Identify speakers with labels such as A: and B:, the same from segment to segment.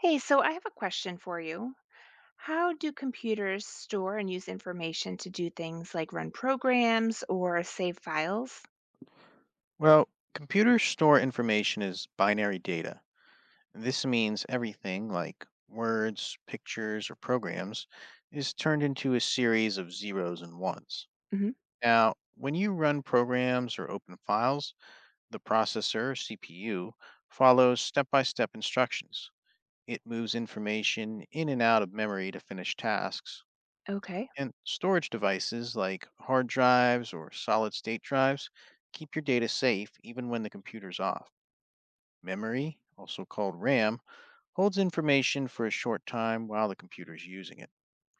A: Hey, so I have a question for you. How do computers store and use information to do things like run programs or save files?
B: Well, computers store information as binary data. This means everything like words, pictures, or programs is turned into a series of zeros and ones.
A: Hmm.
B: Now, when you run programs or open files, the processor, CPU, follows step by step instructions. It moves information in and out of memory to finish tasks.
A: Okay.
B: And storage devices like hard drives or solid state drives keep your data safe even when the computer's off. Memory, also called RAM, holds information for a short time while the computer's using it.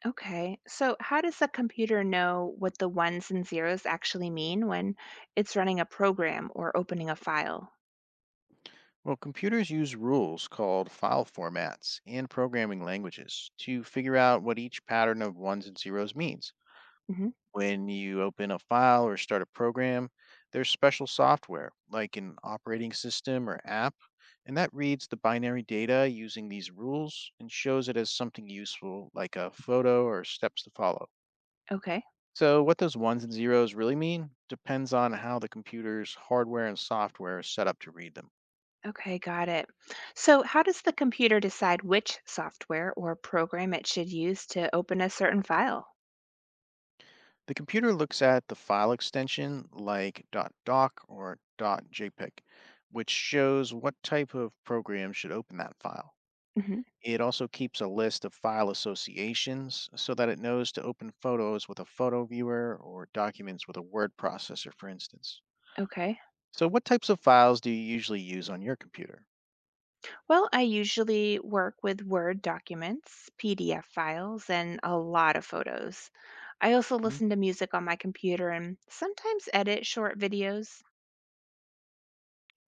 A: Okay. So, how does a computer know what the ones and zeros actually mean when it's running a program or opening a file?
B: Well, computers use rules called file formats and programming languages to figure out what each pattern of ones and zeros means.
A: Hmm.
B: When you open a file or start a program, there's special software like an operating system or app, and that reads the binary data using these rules and shows it as something useful like a photo or steps to follow.
A: Okay.
B: So, what those ones and zeros really mean depends on how the computer's hardware and software is set up to read them.
A: Okay. Got it. So, how does the computer decide which software or program it should use to open a certain file?
B: The computer looks at the file extension like .doc or .jpeg, which shows what type of program should open that file.
A: Hmm.
B: It also keeps a list of file associations so that it knows to open photos with a photo viewer or documents with a word processor, for instance.
A: Okay.
B: So, what types of files do you usually use on your computer?
A: Well, I usually work with Word documents, PDF files, and a lot of photos. I also
B: Mhm.
A: listen to music on my computer and sometimes edit short videos.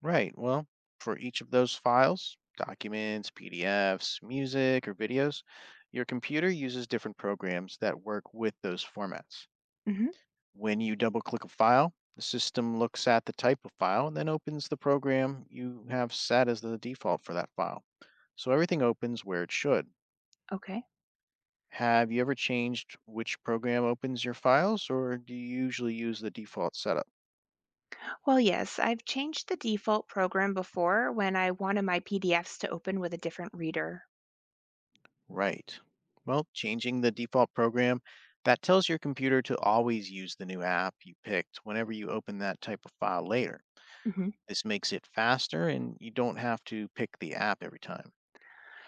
B: Right, well, for each of those files, documents, PDFs, music, or videos, your computer uses different programs that work with those formats.
A: Hmm.
B: When you double click a file, the system looks at the type of file and then opens the program you have set as the default for that file. So everything opens where it should.
A: Okay.
B: Have you ever changed which program opens your files, or do you usually use the default setup?
A: Well, yes, I've changed the default program before when I wanted my PDFs to open with a different reader.
B: Right. Well, changing the default program, that tells your computer to always use the new app you picked whenever you open that type of file later.
A: hmm
B: This makes it faster and you don't have to pick the app every time.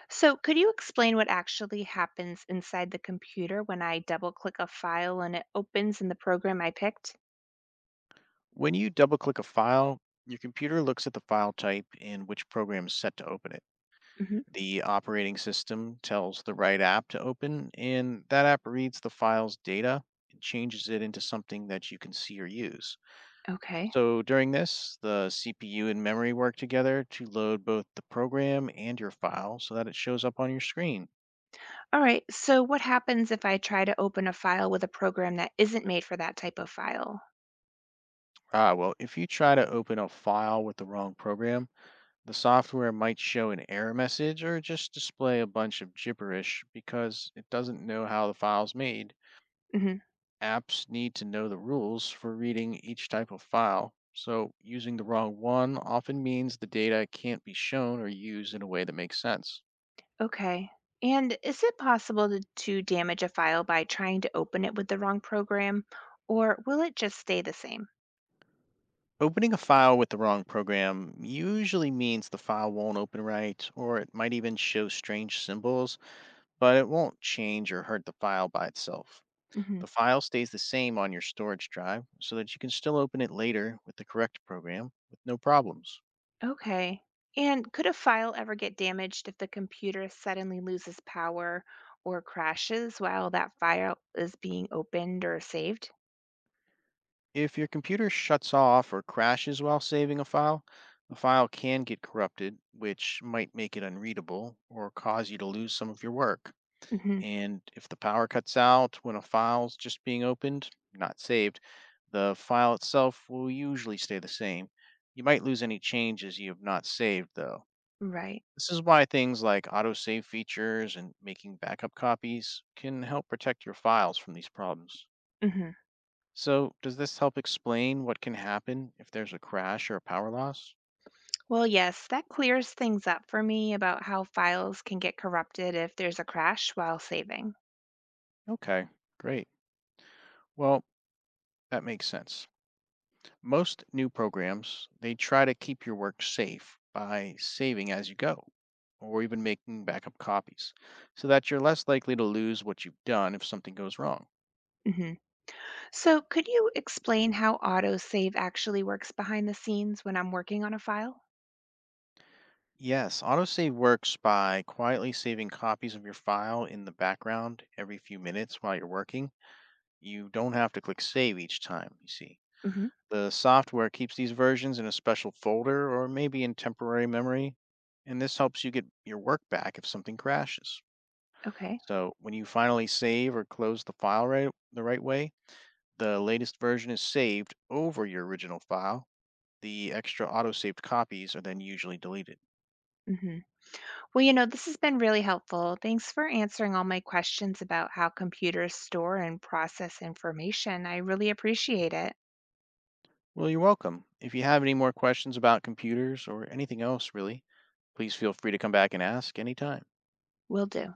A: So, could you explain what actually happens inside the computer when I double click a file and it opens in the program I picked?
B: When you double click a file, your computer looks at the file type and which program is set to open it.
A: Hmm.
B: The operating system tells the right app to open, and that app reads the file's data and changes it into something that you can see or use.
A: Okay.
B: So during this, the CPU and memory work together to load both the program and your file so that it shows up on your screen.
A: All right, so what happens if I try to open a file with a program that isn't made for that type of file?
B: Ah, well, if you try to open a file with the wrong program, the software might show an error message or just display a bunch of gibberish because it doesn't know how the file's made.
A: Hmm.
B: Apps need to know the rules for reading each type of file, so using the wrong one often means the data can't be shown or used in a way that makes sense.
A: Okay. And is it possible to damage a file by trying to open it with the wrong program, or will it just stay the same?
B: Opening a file with the wrong program usually means the file won't open right, or it might even show strange symbols, but it won't change or hurt the file by itself.
A: Hmm.
B: The file stays the same on your storage drive so that you can still open it later with the correct program with no problems.
A: Okay. And could a file ever get damaged if the computer suddenly loses power or crashes while that file is being opened or saved?
B: If your computer shuts off or crashes while saving a file, the file can get corrupted, which might make it unreadable or cause you to lose some of your work.
A: Hmm.
B: And if the power cuts out when a file's just being opened, not saved, the file itself will usually stay the same. You might lose any changes you have not saved, though.
A: Right.
B: This is why things like autosave features and making backup copies can help protect your files from these problems.
A: Hmm.
B: So, does this help explain what can happen if there's a crash or a power loss?
A: Well, yes, that clears things up for me about how files can get corrupted if there's a crash while saving.
B: Okay, great. Well, that makes sense. Most new programs, they try to keep your work safe by saving as you go or even making backup copies so that you're less likely to lose what you've done if something goes wrong.
A: hmm So, could you explain how autosave actually works behind the scenes when I'm working on a file?
B: Yes, autosave works by quietly saving copies of your file in the background every few minutes while you're working. You don't have to click save each time, you see.
A: Hmm.
B: The software keeps these versions in a special folder or maybe in temporary memory, and this helps you get your work back if something crashes.
A: Okay.
B: So when you finally save or close the file the right way, the latest version is saved over your original file. The extra autosaved copies are then usually deleted.
A: hmm Well, this has been really helpful. Thanks for answering all my questions about how computers store and process information. I really appreciate it.
B: Well, you're welcome. If you have any more questions about computers or anything else, really, please feel free to come back and ask anytime.
A: Will do.